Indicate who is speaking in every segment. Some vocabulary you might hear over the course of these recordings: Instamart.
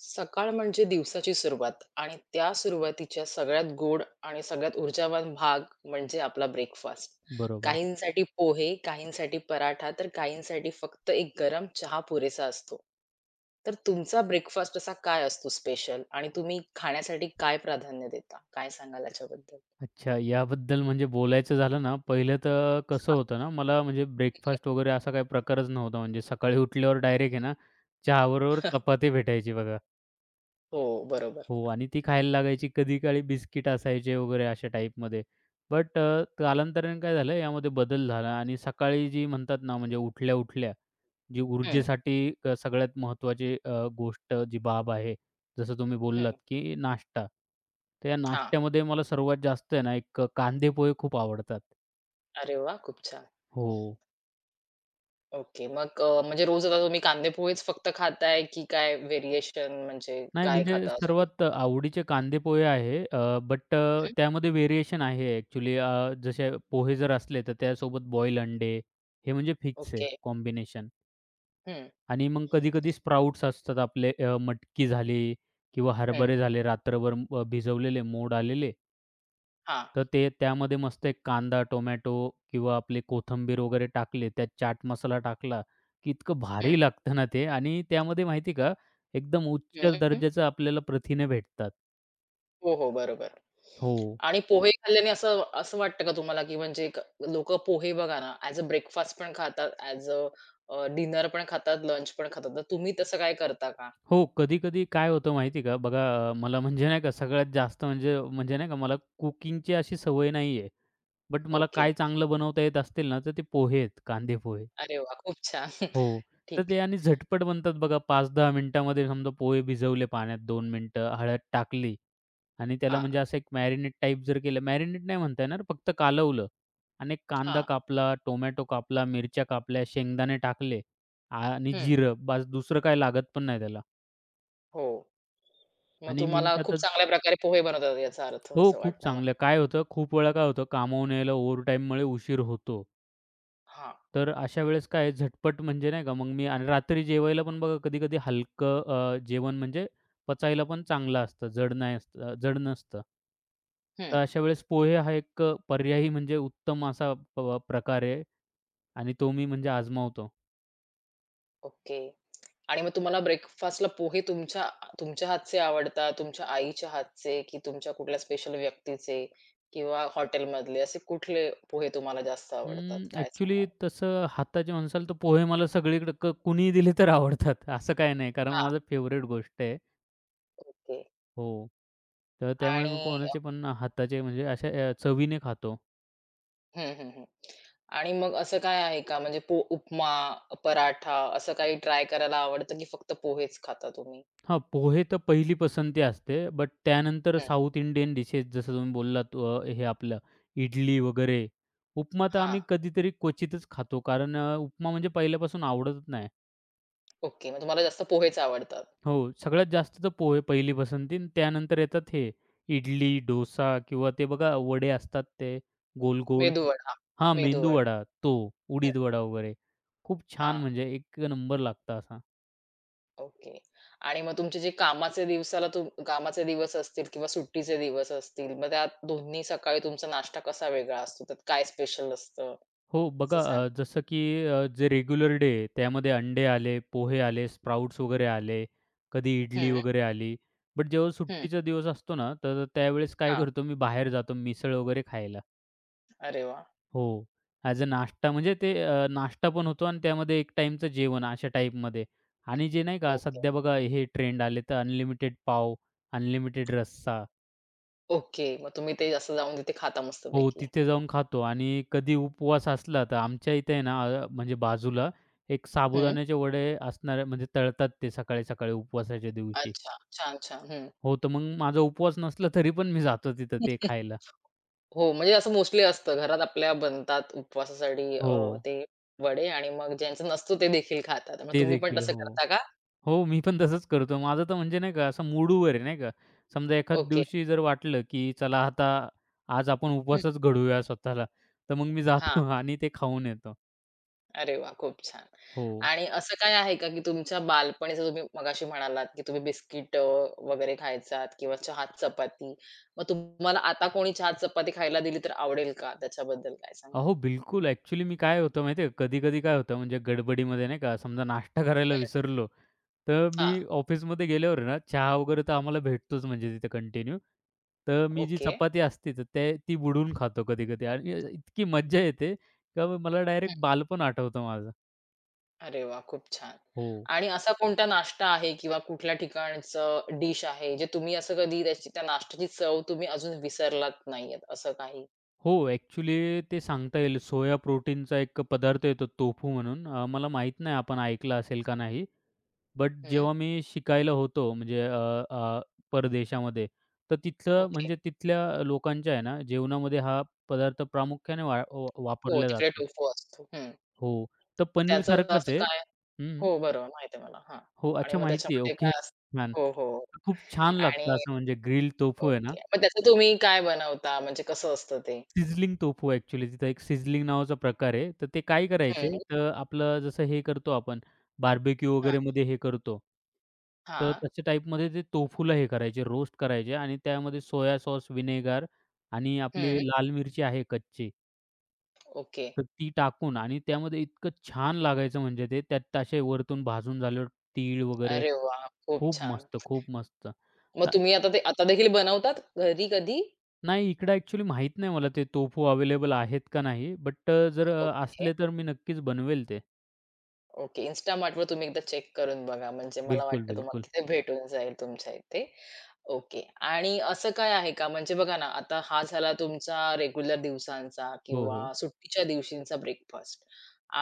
Speaker 1: सकाळ म्हणजे दिवसाची सुरुवात आणि त्या सुरुवातीच्या सगळ्यात गोड आणि सगळ्यात ऊर्जावान भाग म्हणजे आपला ब्रेकफास्ट.
Speaker 2: बरोबर.
Speaker 1: काहींसाठी पोहे, काहींसाठी पराठा, तर काहींसाठी फक्त एक गरम चहा पुरेसा असतो. तर तुमचा ब्रेकफास्ट असा काय असतो स्पेशल आणि तुम्ही खाण्यासाठी काय प्राधान्य देता? काय सांगाल याच्याबद्दल?
Speaker 2: अच्छा, याबद्दल म्हणजे बोलायचं झालं ना, पहिलं तर कसं
Speaker 1: हा,
Speaker 2: होतं ना, मला म्हणजे
Speaker 1: ठीक
Speaker 2: ब्रेकफास्ट
Speaker 1: आहे.
Speaker 2: वगैरे असा काही प्रकारच नव्हता. म्हणजे सकाळी उठल्यावर डायरेक्ट आहे ना, चहाबरोबर चपाती भेटायची बघा.
Speaker 1: हो, बरोबर.
Speaker 2: हो आणि ती खायला लागायची कधी काळी बिस्किट असायचे वगैरे अशा टाईपमध्ये. बट कालांतराने काय झालं यामध्ये बदल झाला आणि सकाळी जी म्हणतात ना म्हणजे उठल्या-उठल्या जी
Speaker 1: हं,
Speaker 2: ऊर्जेसाठी सगळ्यात महत्त्वाची गोष्ट जी बाब आहे, जसं तुम्ही बोललात
Speaker 1: हं.
Speaker 2: की नाश्ता. तर या
Speaker 1: हां.
Speaker 2: नाश्त्यामध्ये मला सर्वात जास्त आहे ना एक कांदे पोहे खूप आवडतात.
Speaker 1: अरे वाह! खूप छान.
Speaker 2: हो.
Speaker 1: ओके. मग म्हणजे रोज आता तुम्ही कांदेपोहेच फक्त खाताय, की काय व्हेरिएशन म्हणजे
Speaker 2: नाही
Speaker 1: काय
Speaker 2: म्हणजे
Speaker 1: खाता अजून तुम्ही?
Speaker 2: सर्वात आवडीचे कांदे पोहे आहे. बट
Speaker 1: हं.
Speaker 2: त्यामध्ये व्हेरिएशन आहे ॲक्चुअली जसे पोहे जर असले तर त्यासोबत बॉईल अंडे हे म्हणजे फिक्स आहे
Speaker 1: ओके.
Speaker 2: कॉम्बिनेशन
Speaker 1: हं,
Speaker 2: आणि मग कधी-कधी स्प्राउट्स असतात आपले मटकी झाली किंवा
Speaker 1: हं.
Speaker 2: हरभरे झाले रात्रभर भिजवलेले मोड आलेले.
Speaker 1: हां.
Speaker 2: तर ते त्यामध्ये मस्त एक कांदा, टोमॅटो किंवा आपली कोथिंबीर वगैरे टाकली, त्यात चाट मसाला टाकला, की इतकं
Speaker 1: हं,
Speaker 2: भारी लागतं ना ते आणि त्यामध्ये माहिती का एकदम उच्च
Speaker 1: हं.
Speaker 2: दर्जाचं आपल्याला प्रथिने भेटतात.
Speaker 1: हो, हो. बरोबर.
Speaker 2: हो.
Speaker 1: आणि पोहे खाल्ल्याने असं असं वाटतं का तुम्हाला, की म्हणजे लोकं पोहे बघा ना, ॲज अ ब्रेकफास्ट पण खातात, ॲज अ अ, डिनर पण खातात, लंच पण खातात. तर तुम्ही तसं काय करता का?
Speaker 2: हो, कधी-कधी काय होतं माहिती आहे का? बघा मला म्हणजे नाही का सगळ्यात जास्त म्हणजे म्हणजे नाही का मला कुकिंगची अशी सवय नाही आहे. बट मला
Speaker 1: ओके.
Speaker 2: काय चांगलं बनवता येत असतील ना, तर ते पोहे आहेत, कांदे पोहे.
Speaker 1: अरे वाह! खूप छान.
Speaker 2: हो. तर
Speaker 1: ठीक
Speaker 2: ते
Speaker 1: आहे.
Speaker 2: आणि झटपट बनतात बघा 5-10 मिनिटामध्ये समजा पोहे भिजवले पाण्यात 2 मिनिटं, हळद टाकली आणि त्याला
Speaker 1: हां,
Speaker 2: म्हणजे असं एक मॅरिनेट टाइप जर केलं मॅरिनेट नाही म्हणता येणार, फक्त कालवलं आणि एक कांदा
Speaker 1: हां.
Speaker 2: कापला, टोमॅटो कापला, मिरच्या कापल्या, शेंगदाणे टाकले आणि
Speaker 1: हं.
Speaker 2: जिरं. बास दुसरं काही लागत पण नाही त्याला.
Speaker 1: हो. मग
Speaker 2: आणि
Speaker 1: तुम्हाला खूप
Speaker 2: मिनिटातच
Speaker 1: चांगल्या प्रकारे पोहे बनवता येतात याचा अर्थ
Speaker 2: हो,
Speaker 1: असं
Speaker 2: खूप
Speaker 1: वाटतंय मला.
Speaker 2: चांगलं. काय होतं, खूप वेळा काय होतं, कामावरून यायला ओव्हरटाईममुळे उशीर होतो.
Speaker 1: हां.
Speaker 2: तर अशा वेळेस काय आहे, झटपट म्हणजे नाही का, मग मी आणि रात्री जेवायला पण बघा कधी-कधी हलकं जेवण म्हणजे पचायला पण चांगलं असतं, जड नाही असतं जड नसतं. तर
Speaker 1: हं,
Speaker 2: अशा वेळेस पोहे हा एक पर्यायी म्हणजे उत्तम असा प्रकार आहे आणि तो मी म्हणजे आजमावतो.
Speaker 1: ओके. आणि मग तुम्हाला ब्रेकफास्टला पोहे तुमच्या तुमच्या हातचे आवडतात, तुमच्या आईच्या हातचे, की तुमच्या कुठल्या स्पेशल व्यक्तीचे किंवा हॉटेलमधले असे कुठले पोहे तुम्हाला जास्त आवडतात? काय
Speaker 2: अं,
Speaker 1: सांगाल?
Speaker 2: तसं हाताचे म्हणसाल तर पोहे मला सगळीकडे कुणीही दिले तर आवडतात. असं काही नाही, कारण
Speaker 1: हां,
Speaker 2: माझं फेव्हरेट गोष्ट आहे.
Speaker 1: ओके.
Speaker 2: हो. तर त्यामुळे मी
Speaker 1: आणि
Speaker 2: कोणाचे पण हाताचे म्हणजे अशा चवीने खातो.
Speaker 1: हं, हं, हं. आणि मग असं काय आहे का म्हणजे उपमा, पराठा असं काही ट्राय करायला आवडतं की फक्त पोहेच खाता तुम्ही?
Speaker 2: हां, पोहे तर पहिली पसंती असते. बट त्यानंतर
Speaker 1: हं,
Speaker 2: साउथ इंडियन डिशेस जसं तुम्ही बोललात हे आपलं इडली वगैरे. उपमा तर
Speaker 1: हां,
Speaker 2: आम्ही कधीतरी क्वचितच खातो. कारण उपमा म्हणजे पहिल्यापासून आवडतच नाही.
Speaker 1: ओके. मग तुम्हाला जास्त पोहेच आवडतात.
Speaker 2: हो, सगळ्यात जास्त तर पोहे पहिली पसंती आणि त्यानंतर येतात हे इडली, डोसा किंवा ते बघा वडे असतात ते गोल-गोल.
Speaker 1: मेदूवडा,
Speaker 2: हां, मेंदू
Speaker 1: मेदूवडा.
Speaker 2: वडा, तो
Speaker 1: हं,
Speaker 2: उडीद वडा वगैरे. खूप छान
Speaker 1: हां.
Speaker 2: म्हणजे एक नंबर लागतं असा.
Speaker 1: ओके. आणि मग तुमचे जे कामाचे दिवसाला कामाचे दिवस असतील किंवा सुट्टीचे दिवस असतील, मग त्यात दोन्ही सकाळी तुमचा नाश्ता कसा वेगळा असतो? त्यात काय स्पेशल असतं?
Speaker 2: हो,
Speaker 1: असं
Speaker 2: बघा
Speaker 1: सांगा.
Speaker 2: जसं की जे रेग्युलर डे आहे, त्यामध्ये अंडे आले, पोहे आले, स्प्राउट्स वगैरे आले, कधी इडली
Speaker 1: हं,
Speaker 2: वगैरे आली. बट जेव्हा
Speaker 1: हं.
Speaker 2: सुट्टीचा दिवस असतो ना, तर त्यावेळेस काय
Speaker 1: हां.
Speaker 2: करतो मी बाहेर जातो मिसळ वगैरे खायला.
Speaker 1: अरे वाह!
Speaker 2: हो, ॲज अ नाश्ता म्हणजे ते नाश्ता पण होतो आणि त्यामध्ये एक टाईमचं जेवण अशा टाईपमध्ये. आणि जे नाही का
Speaker 1: ओके.
Speaker 2: सध्या बघा हे ट्रेंड आले, तर अनलिमिटेड पाव, अनलिमिटेड रस्सा.
Speaker 1: ओके. मग तुम्ही ते असं जाऊन तिथे खाता
Speaker 2: हो,
Speaker 1: मस्तपैकी.
Speaker 2: तिथे जाऊन खातो आणि कधी उपवास असला तर आमच्या इथे आहे ना म्हणजे बाजूला एक
Speaker 1: हं.
Speaker 2: साबुदाण्याचे वडे असणारे म्हणजे तळतात ते सकाळी, सकाळी उपवासाच्या दिवशी.
Speaker 1: अच्छा. छान, छान. हं.
Speaker 2: हो, तर मग माझा उपवास नसला तरी पण मी जातो तिथं ते खायला.
Speaker 1: हो, म्हणजे असं मोस्टली असतं. घरात आपल्या बनतात उपवासासाठी
Speaker 2: हो,
Speaker 1: ते वडे आणि मग ज्यांचं नसतो ते देखील खातात. मग
Speaker 2: ते
Speaker 1: तुम्ही पण
Speaker 2: देखील.
Speaker 1: तसं
Speaker 2: हो.
Speaker 1: करता का?
Speaker 2: हो, मी पण तसंच करतो. माझं तर म्हणजे नाही का असं मूडवर आहे नाही का. समजा एखाद
Speaker 1: ओके.
Speaker 2: दिवशी जर वाटलं, की चला आता आज आपण
Speaker 1: हं.
Speaker 2: उपवासच घडवूया स्वतःला, तर मग मी
Speaker 1: हां.
Speaker 2: जातो आणि ते खाऊन येतो.
Speaker 1: अरे वाह! खूप छान.
Speaker 2: हो.
Speaker 1: आणि असं काय आहे का, की तुमच्या बालपणीचं तुम्ही मगाशी म्हणालात, की तुम्ही बिस्किट वगैरे खायचात किंवा चहात चपाती. मग तुम्हाला आता कोणी चहात चपाती खायला दिली तर आवडेल का? त्याच्याबद्दल काय सांगाल?
Speaker 2: अहो, बिलकुल. ॲक्चुअली मी काय होतं माहिती आहे कधी-कधी काय होतं म्हणजे गडबडीमध्ये नाही का, समजा नाश्ता करायला
Speaker 1: खरंच.
Speaker 2: विसरलो, तर मी ऑफिसमध्ये गेल्यावर आहे ना, चहा वगैरे तर आम्हाला भेटतोच म्हणजे तिथे कंटिन्यू. तर मी जी
Speaker 1: ओके.
Speaker 2: चपाती असते, तर ते ती बुडून खातो कधी-कधी आणि इतकी मज्जा येते का मला
Speaker 1: हं.
Speaker 2: डायरेक्ट बालपण आठवतं माझं.
Speaker 1: अरे वाह! खूप छान.
Speaker 2: हो.
Speaker 1: आणि असा कोणता नाश्ता आहे किंवा कुठल्या ठिकाणचं डिश आहे, जे तुम्ही असं कधी त्याची त्या नाश्त्याची चव तुम्ही अजून विसरलात नाहीयेत, असं काही?
Speaker 2: हो, ॲक्चुअली ते सांगता येईल सोया प्रोटीनचा एक पदार्थ येतो, टोफू म्हणून. मला माहीत नाही आपण ऐकलं असेल का नाही? बट
Speaker 1: हं,
Speaker 2: जेव्हा मी शिकायला होतो म्हणजे अ, अ, परदेशामध्ये, तर तिथलं
Speaker 1: ओके.
Speaker 2: म्हणजे तिथल्या लोकांच्या आहे ना, जेवणामध्ये हा पदार्थ प्रामुख्याने वा व
Speaker 1: हो,
Speaker 2: वापरला
Speaker 1: तिकडे
Speaker 2: जातो.
Speaker 1: टोफू असतो. हं.
Speaker 2: हो, तर
Speaker 1: त्याचं
Speaker 2: पनीरसारखंच
Speaker 1: असं
Speaker 2: आहे.
Speaker 1: काय
Speaker 2: हं.
Speaker 1: हो, बरोबर माहिती आहे मला. हां.
Speaker 2: हो,
Speaker 1: आणि
Speaker 2: अच्छा
Speaker 1: मग
Speaker 2: माहिती आहे.
Speaker 1: त्याच्यामध्ये
Speaker 2: ओके,
Speaker 1: काय असतं?
Speaker 2: छान.
Speaker 1: हो, हो.
Speaker 2: खूप छान
Speaker 1: आणि
Speaker 2: लागतं असं म्हणजे ग्रिल टोफू आहे ना
Speaker 1: ओके. मग त्याचं तुम्ही काय बनवता? म्हणजे कसं असतं ते?
Speaker 2: सिझलिंग टोफू ॲक्चुअली तिथं एक सिझलिंग नावाचा प्रकार आहे. तर ते काय
Speaker 1: हं.
Speaker 2: करायचे, तर आपलं जसं हे करतो आपण बार्बेक्यू
Speaker 1: हां,
Speaker 2: वगैरेमध्ये हे करतो. तर
Speaker 1: हां.
Speaker 2: तशा टाईपमध्ये ते टोफूला हे करायचे, रोस्ट करायचे आणि त्यामध्ये सोया सॉस, व्हिनेगर आणि आपली
Speaker 1: हं.
Speaker 2: लाल मिरची आहे कच्ची,
Speaker 1: ओके.
Speaker 2: तर ती टाकून आणि त्यामध्ये इतकं छान लागायचं म्हणजे ते त्यात असे वरतून भाजून झाल्यावर तीळ वगैरे
Speaker 1: अरे वाह! खूप
Speaker 2: खूप
Speaker 1: छान.
Speaker 2: मस्त, खूप मस्त.
Speaker 1: मग
Speaker 2: तर
Speaker 1: तुम्ही आता ते आता देखील बनवतात घरी कधी?
Speaker 2: नाही, इकडं ॲक्चुअली माहीत नाही मला ते तोफू अवेलेबल आहेत का नाही. बट जर
Speaker 1: ओके.
Speaker 2: असले तर मी नक्कीच बनवेल ते.
Speaker 1: ओके. Instamart तुम्ही एकदा चेक करून बघा. म्हणजे मला
Speaker 2: बिलकुल,
Speaker 1: वाटतं तुम्हाला
Speaker 2: बिलकुल.
Speaker 1: तिथे भेटून जाईल तुमच्या इथे. ओके. आणि असं काय आहे का म्हणजे बघा ना, आता हा झाला तुमचा रेग्युलर दिवसांचा
Speaker 2: हो, हो.
Speaker 1: किंवा सुट्टीच्या दिवशींचा ब्रेकफास्ट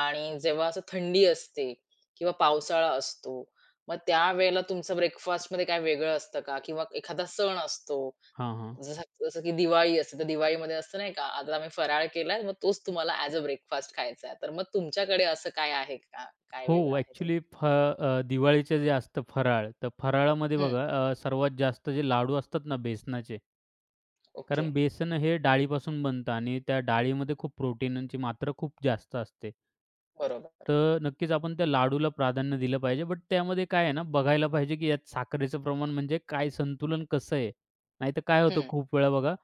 Speaker 1: आणि जेव्हा असं थंडी असते किंवा पावसाळा असतो, मग त्यावेळेला तुमचा ब्रेकफास्टमध्ये काय वेगळं असतं का? किंवा एखादा सण असतो
Speaker 2: हां, हां.
Speaker 1: जसं जसं की दिवाळी असते, तर दिवाळीमध्ये असतं नाही का, आता आम्ही फराळ केलाय, मग तोच तुम्हाला ॲज अ ब्रेकफास्ट खायचा आहे. तर मग तुमच्याकडे असं काय आहे का? काय
Speaker 2: हो,
Speaker 1: वेगळं आहे तुमचं?
Speaker 2: ॲक्चुअली दिवाळीचं जे असतं फराळ, तर फराळामध्ये
Speaker 1: हं,
Speaker 2: बघा सर्वात जास्त जे लाडू असतात ना बेसनाचे
Speaker 1: ओके.
Speaker 2: कारण बेसन हे डाळीपासून बनतं आणि त्या डाळीमध्ये खूप प्रोटीनची मात्रा खूप जास्त असते.
Speaker 1: बरोबर.
Speaker 2: तर नक्कीच आपण त्या लाडूला प्राधान्य दिलं पाहिजे. बट त्यामध्ये काय आहे ना, बघायला पाहिजे की यात साखरेचं प्रमाण म्हणजे काय संतुलन कसं आहे? नाहीतर काय होतं
Speaker 1: हं,
Speaker 2: खूप वेळा बघा,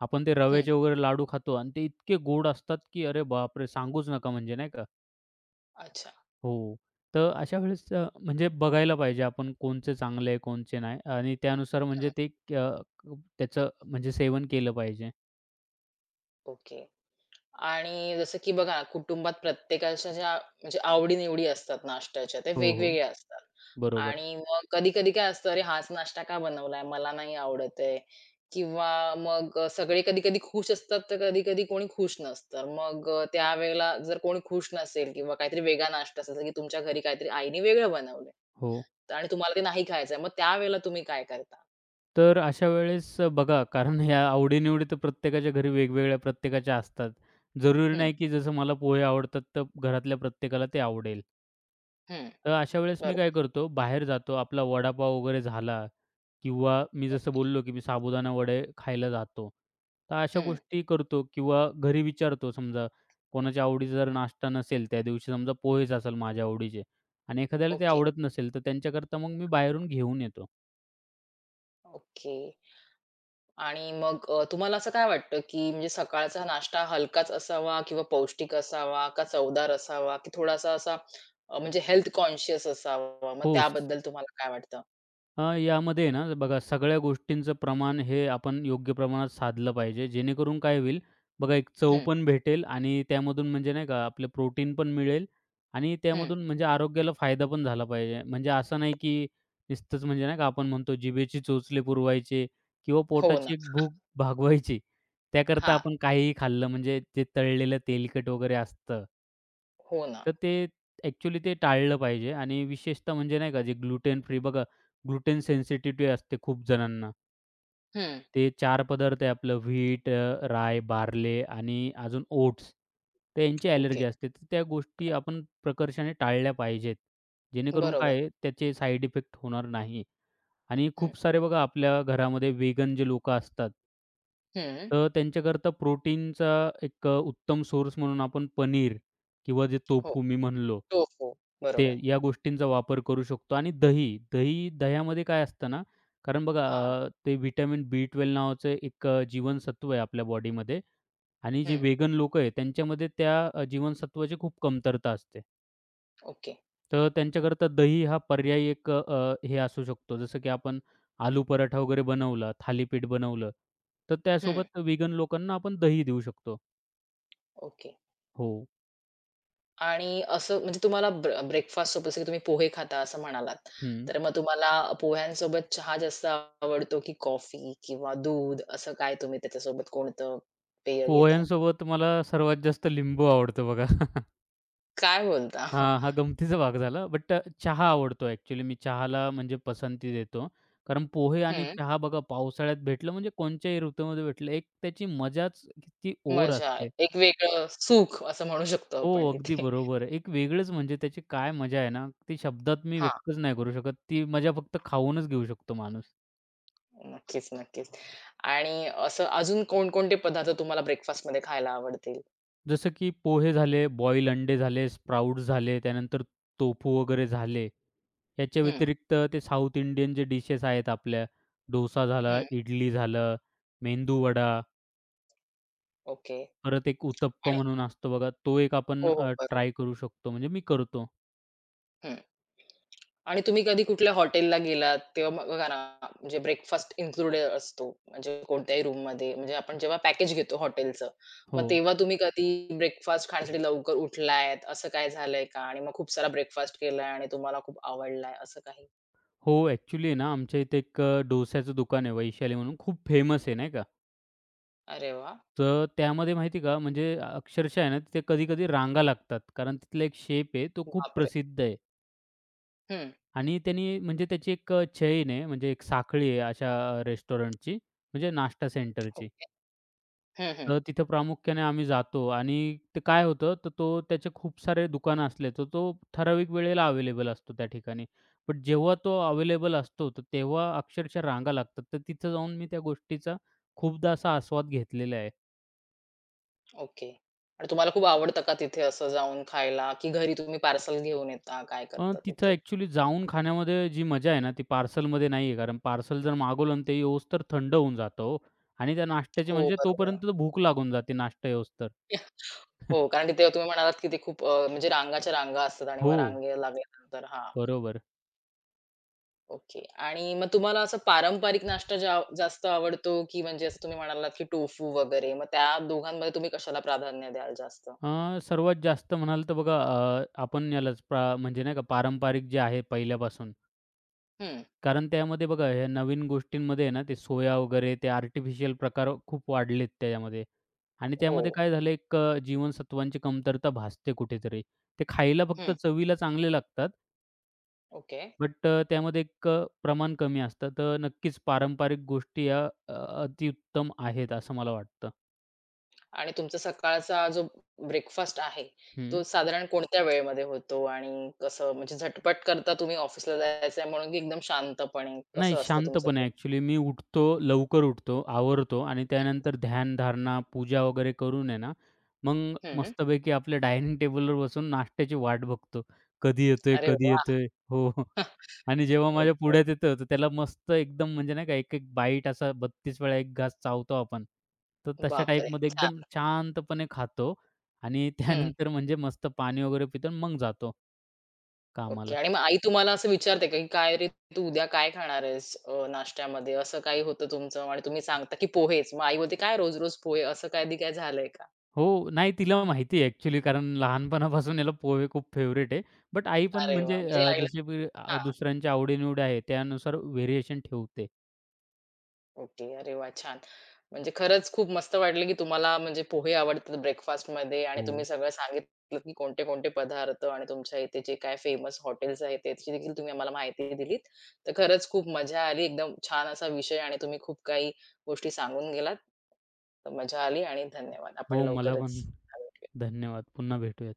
Speaker 2: आपण ते
Speaker 1: हं.
Speaker 2: रव्याचे वगैरे लाडू खातो आणि ते इतके गोड असतात की अरे बापरे! सांगूच नका म्हणजे नाही का?
Speaker 1: अच्छा.
Speaker 2: हो. तर अशा वेळेस म्हणजे बघायला पाहिजे आपण कोणचे चांगले आहे, कोणचे नाही आणि त्यानुसार म्हणजे
Speaker 1: हं,
Speaker 2: ते त्याचं म्हणजे सेवन केलं पाहिजे.
Speaker 1: ओके. आणि जसं की बघा ना, कुटुंबात प्रत्येकाच्या ज्या म्हणजे आवडी-निवडी असतात नाश्त्याच्या, त्या
Speaker 2: हो, हो.
Speaker 1: वेगवेगळ्या असतात.
Speaker 2: बरोबर.
Speaker 1: आणि मग कधी-कधी काय असतं, "अरे, हाच नाश्ता का बनवलाय? मला नाही आवडत आहे." किंवा मग सगळे कधी-कधी खुश असतात, तर कधी-कधी कोणी खुश नसतं. मग त्यावेळेला जर कोणी खुश नसेल किंवा काहीतरी वेगळा नाश्ता असेल, जसं की तुमच्या घरी काहीतरी आईने वेगळं बनवलंय
Speaker 2: हो.
Speaker 1: तर आणि तुम्हाला ते नाही खायचंय, मग त्यावेळेला तुम्ही काय करता?
Speaker 2: तर अशा वेळेस बघा कारण ह्या आवडी-निवडी तर प्रत्येकाच्या घरी वेगवेगळ्या प्रत्येकाच्या असतात. जरुरी
Speaker 1: हं,
Speaker 2: नाही की जसं मला पोहे आवडतात तर घरातल्या प्रत्येकाला ते आवडेल.
Speaker 1: हं.
Speaker 2: तर अशा वेळेस मी
Speaker 1: बरोबर.
Speaker 2: काय करतो बाहेर जातो. आपला वडापाव वगैरे झाला किंवा मी जसं
Speaker 1: ओके.
Speaker 2: बोललो की मी साबुदाणा वडे खायला जातो. तर अशा
Speaker 1: हं.
Speaker 2: गोष्टी करतो किंवा घरी विचारतो समजा कोणाच्या आवडीचा जर नाश्ता नसेल त्या दिवशी समजा पोहेच असेल माझ्या आवडीचे आणि एखाद्याला ते
Speaker 1: ओके,
Speaker 2: आवडत नसेल तर त्यांच्याकरता मग मी बाहेरून घेऊन येतो.
Speaker 1: ओके. आणि मग तुम्हाला असं काय वाटतं, की म्हणजे सकाळचा नाश्ता हलकाच असावा किंवा पौष्टिक असावा का चवदार असावा की थोडासा असा म्हणजे हेल्थ कॉन्शियस असावा? मग
Speaker 2: हो.
Speaker 1: त्याबद्दल तुम्हाला काय वाटतं?
Speaker 2: यामध्ये आहे ना, बघा सगळ्या गोष्टींचं प्रमाण हे आपण योग्य प्रमाणात साधलं पाहिजे. जेणेकरून काय होईल, बघा एक चव
Speaker 1: हं,
Speaker 2: पण भेटेल आणि त्यामधून म्हणजे नाही का आपलं प्रोटीन पण मिळेल आणि
Speaker 1: हं.
Speaker 2: त्यामधून म्हणजे आरोग्याला फायदा पण झाला पाहिजे. म्हणजे असं नाही की नुसतंच म्हणजे नाही का आपण म्हणतो जिभेची चोचले पुरवायचे किंवा
Speaker 1: हो ना.
Speaker 2: पोटाची एक भूक भागवायची.
Speaker 1: हा
Speaker 2: त्याकरता आपण काहीही खाल्लं म्हणजे ते तळलेलं तेलकट वगैरे असतं.
Speaker 1: हो ना.
Speaker 2: तर ते ॲक्चुअली ते टाळलं पाहिजे आणि विशेषतः म्हणजे नाही का जे ग्लुटेन फ्री बघा ग्लुटेन सेन्सिटिव्हिटी असते खूप जणांना.
Speaker 1: हं.
Speaker 2: ते चार पदार्थ आहे आपलं व्हीट, राय, बार्ले आणि अजून ओट्स. तर यांची
Speaker 1: ओके.
Speaker 2: ॲलर्जी असते. तर त्या गोष्टी आपण प्रकर्षाने टाळल्या पाहिजेत. जेणेकरून
Speaker 1: बरोबर.
Speaker 2: काय आहे त्याचे साइड इफेक्ट होणार नाही. आणि
Speaker 1: हं.
Speaker 2: खूप सारे बघा आपल्या घरामध्ये वेगन जे लोकं असतात
Speaker 1: हं.
Speaker 2: तर त्यांच्याकरता प्रोटीनचा एक उत्तम सोर्स म्हणून आपण पनीर किंवा जे
Speaker 1: हो.
Speaker 2: टोफू मी म्हणलो,
Speaker 1: टोफू.
Speaker 2: ते
Speaker 1: बरोबर.
Speaker 2: या गोष्टींचा वापर करू शकतो आणि दही, दही दह्यामध्ये काय असतं ना, कारण बघा
Speaker 1: हां.
Speaker 2: ते व्हिटॅमिन बी12 नावाचं एक जीवनसत्व आहे आपल्या बॉडीमध्ये आणि जे
Speaker 1: हं.
Speaker 2: वेगन लोकं आहे त्यांच्यामध्ये त्या जीवनसत्वाची खूप कमतरता असते.
Speaker 1: ओके.
Speaker 2: तर त्यांच्याकरता दही हा पर्यायी एक हे असू शकतो. जसं की आपण आलू पराठा वगैरे बनवला, थालीपीठ बनवलं, तर
Speaker 1: हं.
Speaker 2: त्यासोबत व्हीगन लोकांना आपण दही देऊ शकतो.
Speaker 1: ओके.
Speaker 2: हो.
Speaker 1: आणि असं म्हणजे तुम्हाला ब्रेकफास्ट सोबत जसं की तुम्ही पोहे खाता असं म्हणालात.
Speaker 2: हं.
Speaker 1: तर मग तुम्हाला पोह्यांसोबत चहा जास्त आवडतो की कॉफी किंवा दूध असं काय तुम्ही त्याच्यासोबत कोणतं पेय घेता?
Speaker 2: पोह्यांसोबत मला सर्वात जास्त लिंबू आवडतो बघा.
Speaker 1: काय बोलता?
Speaker 2: हां, हा गमतीचा भाग झाला. बट चहा आवडतो ॲक्चुअली मी चहाला म्हणजे पसंती देतो. कारण पोहे आणि
Speaker 1: हं.
Speaker 2: चहा बघा पावसाळ्यात भेटलं म्हणजे कोणत्याही ऋतूमध्ये भेटलं, एक त्याची मजाच किती और
Speaker 1: मजा.
Speaker 2: असते.
Speaker 1: एक वेगळं सुख असं म्हणू शकतो
Speaker 2: हो,
Speaker 1: आपण
Speaker 2: अगदी
Speaker 1: तिथे.
Speaker 2: बरोबर. एक वेगळंच म्हणजे त्याची काय मजा आहे ना, ती शब्दात मी
Speaker 1: हां.
Speaker 2: व्यक्तच नाही करू शकत. ती मजा फक्त खाऊनच घेऊ शकतो माणूस.
Speaker 1: नक्कीच, नक्कीच. आणि असं अजून कोणकोणते पदार्थ तुम्हाला ब्रेकफास्टमध्ये खायला आवडतील?
Speaker 2: जसं की पोहे झाले, बॉईल अंडे झाले, स्प्राउट्स झाले, त्यानंतर टोफू वगैरे झाले. याच्या
Speaker 1: हं,
Speaker 2: व्यतिरिक्त ते साऊथ इंडियन जे डिशेस आहेत आपल्या, डोसा झाला,
Speaker 1: हं.
Speaker 2: इडली झालं, मेंदू वडा,
Speaker 1: ओके.
Speaker 2: परत एक उत्तप्पा
Speaker 1: आणि
Speaker 2: म्हणून असतो बघा, तो एक आपण
Speaker 1: हो, हो. बरोबर.
Speaker 2: ट्राय करू शकतो. म्हणजे मी करतो.
Speaker 1: आणि तुम्ही कधी कुठल्या हॉटेलला गेलात, तेव्हा मग बघा ना, म्हणजे ब्रेकफास्ट इन्क्लुडेड असतो. म्हणजे कोणत्याही रूममध्ये म्हणजे आपण जेव्हा पॅकेज घेतो हॉटेलचं, मग
Speaker 2: हो.
Speaker 1: तेव्हा तुम्ही कधी ब्रेकफास्ट खाण्यासाठी लवकर उठलायत, असं काय झालंय का? आणि मग खूप सारा ब्रेकफास्ट केलाय आणि तुम्हाला खूप आवडलाय असं काही?
Speaker 2: हो, ॲक्चुअली ना, आमच्या इथे एक डोश्याचं दुकान आहे वैशाली म्हणून, खूप फेमस आहे नाही का.
Speaker 1: अरे वाह!
Speaker 2: तर त्यामध्ये माहिती आहे का, म्हणजे अक्षरशः आहे ना, तिथे कधी-कधी रांगा लागतात. कारण तिथला एक शेप आहे, तो खूप
Speaker 1: बापरे!
Speaker 2: प्रसिद्ध आहे
Speaker 1: हं.
Speaker 2: आणि त्यांनी म्हणजे त्याची एक चैन आहे, म्हणजे एक साखळी आहे अशा रेस्टॉरंटची, म्हणजे नाश्ता
Speaker 1: ओ
Speaker 2: सेंटरची.
Speaker 1: हं, हं.
Speaker 2: तर तिथं प्रामुख्याने आम्ही जातो आणि ते काय होतं, तर तो त्याचे खूप सारे दुकानं असले, तर तो ठराविक वेळेला अवेलेबल असतो त्या ठिकाणी. पण जेव्हा तो अवेलेबल असतो, तर तेव्हा अक्षरशः रांगा लागतात. तर तिथं जाऊन मी त्या गोष्टीचा खूपदा असा आस्वाद घेतलेला आहे.
Speaker 1: ओके. आणि तुम्हाला खूप आवडतं का तिथे असं जाऊन खायला, की घरी तुम्ही पार्सल घेऊन येता? काय करता
Speaker 2: तिथं
Speaker 1: तिथे?
Speaker 2: ॲक्चुअली जाऊन खाण्यामध्ये जी मजा आहे ना, ती पार्सलमध्ये नाही आहे. कारण पार्सल जर मागवलं आणि ते येऊस्तोवर थंड होऊन जातं हो आणि त्या नाश्त्याची
Speaker 1: हो,
Speaker 2: म्हणजे
Speaker 1: बरोबर.
Speaker 2: तोपर्यंत तर भूक लागून जाते नाश्ता येऊस्तोवर.
Speaker 1: हो, कारण तिथे तुम्ही म्हणालात, की ते खूप म्हणजे रांगाच्या रांगा असतात आणि मग
Speaker 2: हो,
Speaker 1: रांगे लागल्यानंतर हां,
Speaker 2: बरोबर.
Speaker 1: ओके. आणि मग तुम्हाला असं पारंपरिक नाश्ता जास्त आवडतो, की म्हणजे असं तुम्ही म्हणालात, की टोफू वगैरे मग त्या दोघांमध्ये तुम्ही कशाला प्राधान्य द्याल जास्त?
Speaker 2: सर्वात जास्त म्हणाल तर बघा आपण यालाच म्हणजे नाही का पारंपरिक जे आहे पहिल्यापासून.
Speaker 1: हं,
Speaker 2: कारण त्यामध्ये बघा ह्या नवीन गोष्टींमध्ये आहे ना, ते सोया वगैरे ते आर्टिफिशियल प्रकार खूप वाढलेत त्याच्यामध्ये आणि
Speaker 1: हो.
Speaker 2: त्यामध्ये काय झालं एक जीवनसत्वांची कमतरता भासते कुठेतरी. ते खायला फक्त
Speaker 1: हं,
Speaker 2: चवीला चांगले लागतात,
Speaker 1: ओके.
Speaker 2: बट त्यामध्ये एक प्रमाण कमी असतं. तर नक्कीच पारंपरिक गोष्टी या अ, अतिउत्तम आहेत असं मला वाटतं.
Speaker 1: आणि तुमचा सकाळचा जो ब्रेकफास्ट आहे, तो
Speaker 2: हं.
Speaker 1: साधारण कोणत्या वेळेमध्ये होतो आणि कसं म्हणजे झटपट करता तुम्ही ऑफिसला जायचं म्हणून, की एकदम शांतपणे
Speaker 2: नाही
Speaker 1: कसं असतं तुमचं
Speaker 2: शांतपणे
Speaker 1: ते?
Speaker 2: ॲक्चुअली मी उठतो, लवकर उठतो, आवरतो आणि त्यानंतर ध्यानधारणा, पूजा वगैरे करून आहे ना, मग
Speaker 1: हं.
Speaker 2: मस्तपैकी आपल्या डायनिंग टेबलवर बसून नाश्त्याची वाट बघतो. कधी येतोय,
Speaker 1: अरे
Speaker 2: कधी
Speaker 1: वाह!
Speaker 2: येतोय? हो, हो. आणि जेव्हा माझ्या
Speaker 1: ओके.
Speaker 2: पुढ्यात येतं, तर त्याला मस्त एकदम म्हणजे नाही का एक-एक बाईट असा 32 वेळा एक घास चावतो आपण. तर तशा
Speaker 1: बापरे!
Speaker 2: टाईपमध्ये एकदम शांतपणे खातो आणि
Speaker 1: हं.
Speaker 2: त्यानंतर म्हणजे मस्त पाणी वगैरे पितो आणि मग जातो
Speaker 1: ओके.
Speaker 2: कामाला.
Speaker 1: आणि मग आई तुम्हाला असं विचारते का, की "काय रे तू उद्या काय खाणार आहेस नाश्त्यामध्ये?" असं काही होतं तुमचं आणि तुम्ही सांगता की पोहेच. मग आई बोलते, "काय रोज-रोज पोहे?" असं कधी काय झालंय का?
Speaker 2: हो. नाही तिला माहिती आहे ॲक्चुअली कारण लहानपणापासून याला पोहे खूप फेवरेट आहे. बट आई पण
Speaker 1: अरे वाह!
Speaker 2: म्हणजे
Speaker 1: म्हणजे आईला
Speaker 2: जसे की दुसऱ्यांच्या आवडी-निवडी आहे त्यानुसार व्हेरिएशन ठेवते.
Speaker 1: ओके. अरे वाह! छान. म्हणजे खरंच खूप मस्त वाटलं, की तुम्हाला म्हणजे पोहे आवडतात ब्रेकफास्टमध्ये आणि तुम्ही
Speaker 2: हो.
Speaker 1: सगळं सांगितलंत, की कोणते-कोणते पदार्थ आणि तुमच्या इथे जे काय फेमस हॉटेल्स आहेत, त्याची देखील तुम्ही आम्हाला माहिती दिलीत. तर खरंच खूप मजा आली. एकदम छान असा विषय आणि तुम्ही खूप काही गोष्टी सांगून गेलात. तर मजा आली आणि धन्यवाद. आपण
Speaker 2: हो, मला पण
Speaker 1: लवकरच भेटूया.
Speaker 2: धन्यवाद. पुन्हा भेटूया.